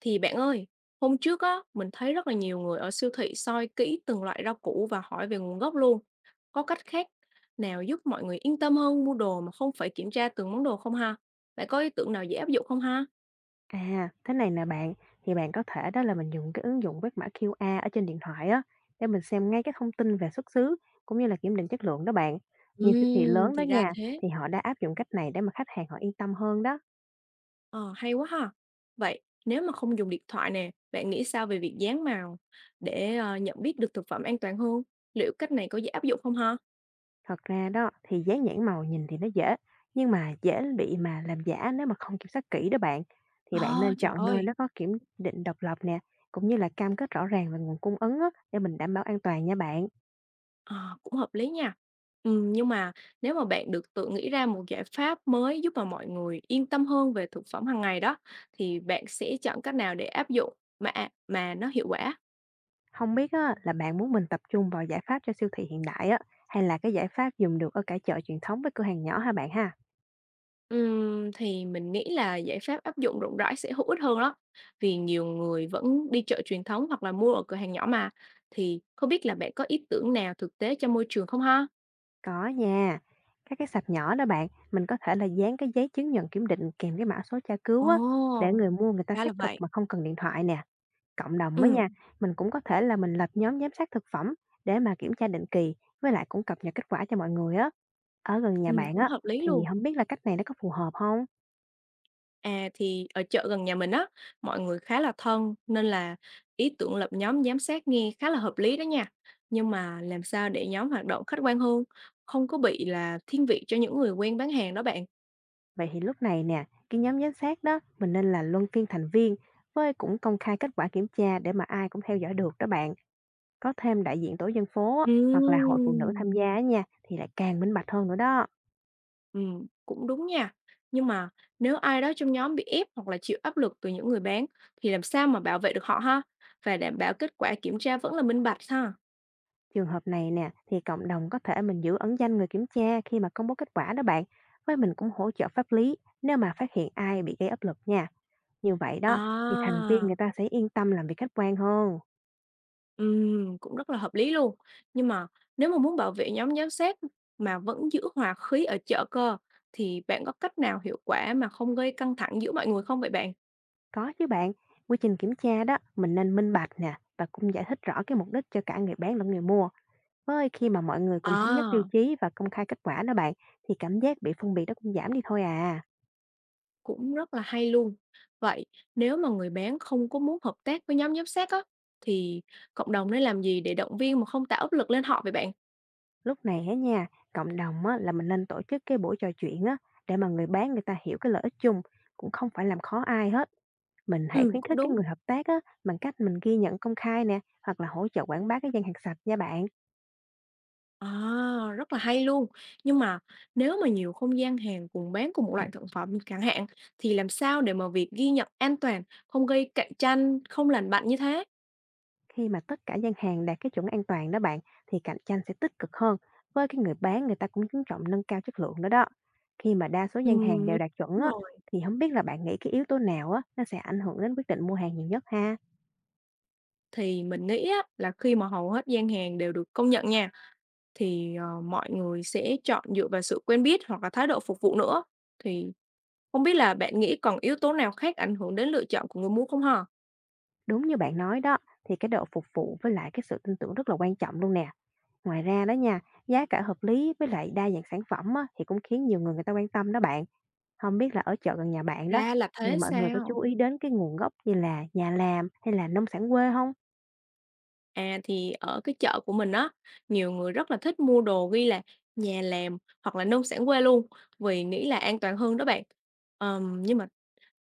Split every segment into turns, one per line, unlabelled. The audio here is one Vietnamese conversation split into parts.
Thì bạn ơi, hôm trước á, mình thấy rất là nhiều người ở siêu thị soi kỹ từng loại rau củ và hỏi về nguồn gốc luôn. Có cách khác nào giúp mọi người yên tâm hơn mua đồ mà không phải kiểm tra từng món đồ không ha? Bạn có ý tưởng nào dễ áp dụng không ha?
À, thế này nè bạn, thì bạn có thể đó là mình dùng cái ứng dụng quét mã QR ở trên điện thoại á để mình xem ngay cái thông tin về xuất xứ cũng như là kiểm định chất lượng đó bạn. Nhiều siêu thị lớn đó
Thì ra
nha,
thế.
thì họ đã áp dụng cách này để mà khách hàng họ yên tâm hơn đó.
Ờ, hay quá ha. Vậy nếu mà không dùng điện thoại nè, bạn nghĩ sao về việc dán màu để nhận biết được thực phẩm an toàn hơn? Liệu cách này có dễ áp dụng không ha?
Thật ra đó thì dán nhãn màu nhìn thì nó dễ, nhưng mà dễ bị mà làm giả nếu mà không kiểm soát kỹ đó bạn. Thì bạn
Oh,
nên
trời
chọn nơi
ơi.
nó có kiểm định độc lập nè, cũng như là cam kết rõ ràng về nguồn cung ứng á, để mình đảm bảo an toàn nha bạn.
Ờ, cũng hợp lý nha. Nhưng mà nếu mà bạn được tự nghĩ ra một giải pháp mới giúp mà mọi người yên tâm hơn về thực phẩm hàng ngày đó, thì bạn sẽ chọn cách nào để áp dụng mà nó hiệu quả?
Không biết á, là bạn muốn mình tập trung vào giải pháp cho siêu thị hiện đại á, hay là cái giải pháp dùng được ở cả chợ truyền thống với cửa hàng nhỏ hả bạn ha?
Thì mình nghĩ là giải pháp áp dụng rộng rãi sẽ hữu ích hơn đó. Vì nhiều người vẫn đi chợ truyền thống hoặc là mua ở cửa hàng nhỏ mà. Thì không biết là bạn có ý tưởng nào thực tế cho môi trường không ha?
Có nha. Các cái sạp nhỏ đó bạn, mình có thể là dán cái giấy chứng nhận kiểm định kèm cái mã số tra cứu
Ồ,
á, để người mua người ta
ra
xác
là
thực
vậy.
mà không cần điện thoại nè. Cộng đồng á
ừ,
nha, mình cũng có thể là mình lập nhóm giám sát thực phẩm để mà kiểm tra định kỳ, với lại cũng cập nhật kết quả cho mọi người á. Ở gần nhà
ừ,
bạn
cũng
á,
hợp lý
thì
luôn.
không biết là cách này nó có phù hợp không?
À, thì ở chợ gần nhà mình á, mọi người khá là thân nên là ý tưởng lập nhóm giám sát nghe khá là hợp lý đó nha. Nhưng mà làm sao để nhóm hoạt động khách quan hơn, không có bị là thiên vị cho những người quen bán hàng đó bạn.
Vậy thì lúc này nè, cái nhóm giám sát đó mình nên là luân phiên thành viên với cũng công khai kết quả kiểm tra để mà ai cũng theo dõi được đó bạn. Có thêm đại diện tổ dân phố á, hoặc là hội phụ nữ tham
Ừm,
gia á nha thì lại càng minh bạch hơn nữa đó.
ừm, cũng đúng nha. Nhưng mà nếu ai đó trong nhóm bị ép hoặc là chịu áp lực từ những người bán thì làm sao mà bảo vệ được họ ha? Và đảm bảo kết quả kiểm tra vẫn là minh bạch ha.
Trường hợp này nè thì cộng đồng có thể mình giữ ẩn danh người kiểm tra khi mà công bố kết quả đó bạn. Với mình cũng hỗ trợ pháp lý nếu mà phát hiện ai bị gây áp lực nha. Như vậy đó thì thành viên
À.
người ta sẽ yên tâm làm việc khách quan hơn.
Cũng rất là hợp lý luôn. Nhưng mà nếu mà muốn bảo vệ nhóm giám sát mà vẫn giữ hòa khí ở chợ cơ, thì bạn có cách nào hiệu quả mà không gây căng thẳng giữa mọi người không vậy bạn?
Có chứ bạn, quy trình kiểm tra đó mình nên minh bạch nè và cũng giải thích rõ cái mục đích cho cả người bán lẫn người mua. Với khi mà mọi người cùng thống nhất tiêu
À,
chí và công khai kết quả đó bạn thì cảm giác bị phân biệt nó cũng giảm đi thôi à.
cũng rất là hay luôn. Vậy nếu mà người bán không có muốn hợp tác với nhóm giám sát á, thì cộng đồng nên làm gì để động viên mà không tạo áp lực lên họ vậy bạn?
Lúc này á nha, cộng đồng á, là mình nên tổ chức cái buổi trò chuyện á để mà người bán người ta hiểu cái lợi ích chung cũng không phải làm khó ai hết. Mình hãy
Ừ,
khuyến
cũng
khích cái
đúng.
người hợp tác á bằng cách mình ghi nhận công khai nè, hoặc là hỗ trợ quảng bá cái gian hàng sạch nha bạn.
À, rất là hay luôn. Nhưng mà nếu mà nhiều không gian hàng cùng bán cùng một loại thực phẩm chẳng hạn, thì làm sao để mà việc ghi nhận an toàn, không gây cạnh tranh, không lành mạnh như thế?
Khi mà tất cả gian hàng đạt cái chuẩn an toàn đó bạn thì cạnh tranh sẽ tích cực hơn. Với cái người bán người ta cũng chú trọng nâng cao chất lượng nữa đó. Khi mà đa số gian hàng
Ừm,
đều đạt chuẩn
đúng
á,
rồi.
thì không biết là bạn nghĩ cái yếu tố nào á nó sẽ ảnh hưởng đến quyết định mua hàng nhiều nhất ha?
Thì mình nghĩ á, là khi mà hầu hết gian hàng đều được công nhận nha, thì mọi người sẽ chọn dựa vào sự quen biết hoặc là thái độ phục vụ nữa. Thì không biết là bạn nghĩ còn yếu tố nào khác ảnh hưởng đến lựa chọn của người mua không hả?
Đúng như bạn nói đó, thì cái độ phục vụ với lại cái sự tin tưởng rất là quan trọng luôn nè. Ngoài ra đó nha, giá cả hợp lý với lại đa dạng sản phẩm á, thì cũng khiến nhiều người người ta quan tâm đó bạn. Không biết là ở chợ gần nhà bạn đó,
Ra là
thì
thế
mọi người có
sao?
chú ý đến cái nguồn gốc như là nhà làm hay là nông sản quê không?
À, thì ở cái chợ của mình á, nhiều người rất là thích mua đồ ghi là nhà làm hoặc là nông sản quê luôn, vì nghĩ là an toàn hơn đó bạn. Nhưng mà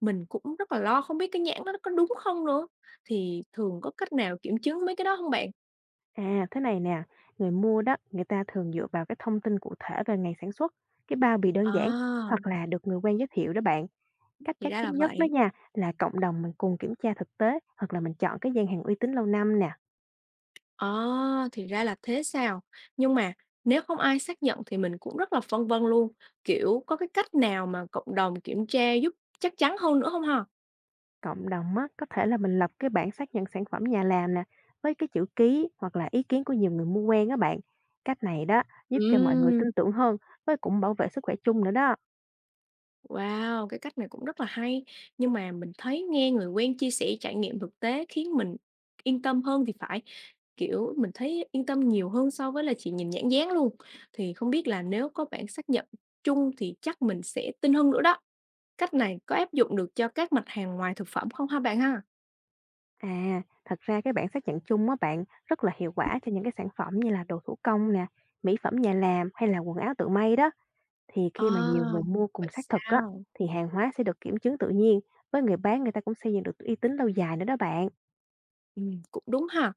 mình cũng rất là lo không biết cái nhãn đó nó có đúng không nữa, thì thường có cách nào kiểm chứng mấy cái đó không bạn?
À, thế này nè, người mua đó, người ta thường dựa vào cái thông tin cụ thể về ngày sản xuất, cái bao bì đơn giản,
À,
hoặc là được người quen giới thiệu đó bạn. Cách
thì
chắc
ra là
chắn nhất đó
vậy.
nha, là cộng đồng mình cùng kiểm tra thực tế hoặc là mình chọn cái gian hàng uy tín lâu năm nè.
À, thì ra là thế sao? Nhưng mà nếu không ai xác nhận thì mình cũng rất là phân vân luôn, kiểu, có cái cách nào mà cộng đồng kiểm tra giúp chắc chắn hơn nữa không hả?
Cộng đồng á, có thể là mình lập cái bảng xác nhận sản phẩm nhà làm nè, với cái chữ ký hoặc là ý kiến của nhiều người mua quen á bạn. Cách này đó giúp cho mọi người
Ừm.
tin tưởng hơn, với cũng bảo vệ sức khỏe chung nữa đó.
Wow, cái cách này cũng rất là hay. Nhưng mà mình thấy nghe người quen chia sẻ trải nghiệm thực tế khiến mình yên tâm hơn thì phải. Kiểu mình thấy yên tâm nhiều hơn so với là chỉ nhìn nhãn dán luôn. Thì không biết là nếu có bản xác nhận chung thì chắc mình sẽ tin hơn nữa đó. Cách này có áp dụng được cho các mặt hàng ngoài thực phẩm không ha bạn ha?
À, thật ra cái bảng xác nhận chung á bạn rất là hiệu quả cho những cái sản phẩm như là đồ thủ công nè, mỹ phẩm nhà làm hay là quần áo tự may đó. Thì
À,
khi mà nhiều người mua cùng
vậy
xác thực á,
sao?
thì hàng hóa sẽ được kiểm chứng tự nhiên. Với người bán người ta cũng xây dựng được uy tín lâu dài nữa đó bạn.
Ừ, cũng đúng ha.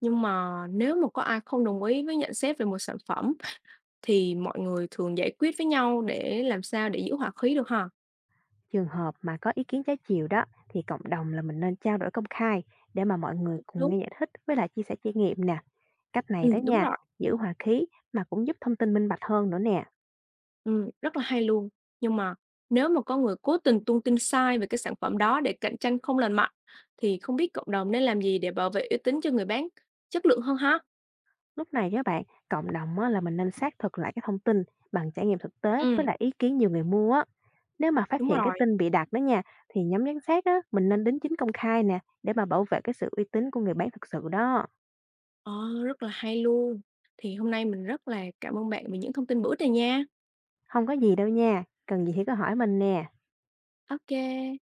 Nhưng mà nếu mà có ai không đồng ý với nhận xét về một sản phẩm thì mọi người thường giải quyết với nhau để làm sao để giữ hòa khí được ha?
Trường hợp mà có ý kiến trái chiều đó, thì cộng đồng là mình nên trao đổi công khai để mà mọi người
Cũng
cùng
đúng,
nghe giải thích với lại chia sẻ trải nghiệm nè. Cách này đó
đúng
nha,
rồi,
giữ hòa khí mà cũng giúp thông tin minh bạch hơn nữa nè.
rất là hay luôn. Nhưng mà nếu mà có người cố tình tung tin sai về cái sản phẩm đó để cạnh tranh không lành mạnh, thì không biết cộng đồng nên làm gì để bảo vệ uy tín cho người bán chất lượng hơn ha?
Lúc này các bạn, cộng đồng á, là mình nên xác thực lại cái thông tin bằng trải nghiệm thực tế với
Ừm,
lại ý kiến nhiều người mua á. Nếu mà phát
đúng
hiện cái
rồi,
tin bị đặt đó nha, thì nhóm giám sát á, mình nên đính chính công khai nè để mà bảo vệ cái sự uy tín của người bán thực sự đó.
ờ, rất là hay luôn. Thì hôm nay mình rất là cảm ơn bạn vì những thông tin bổ ích này nha.
Không có gì đâu nha, cần gì thì cứ hỏi mình nè.
Ok.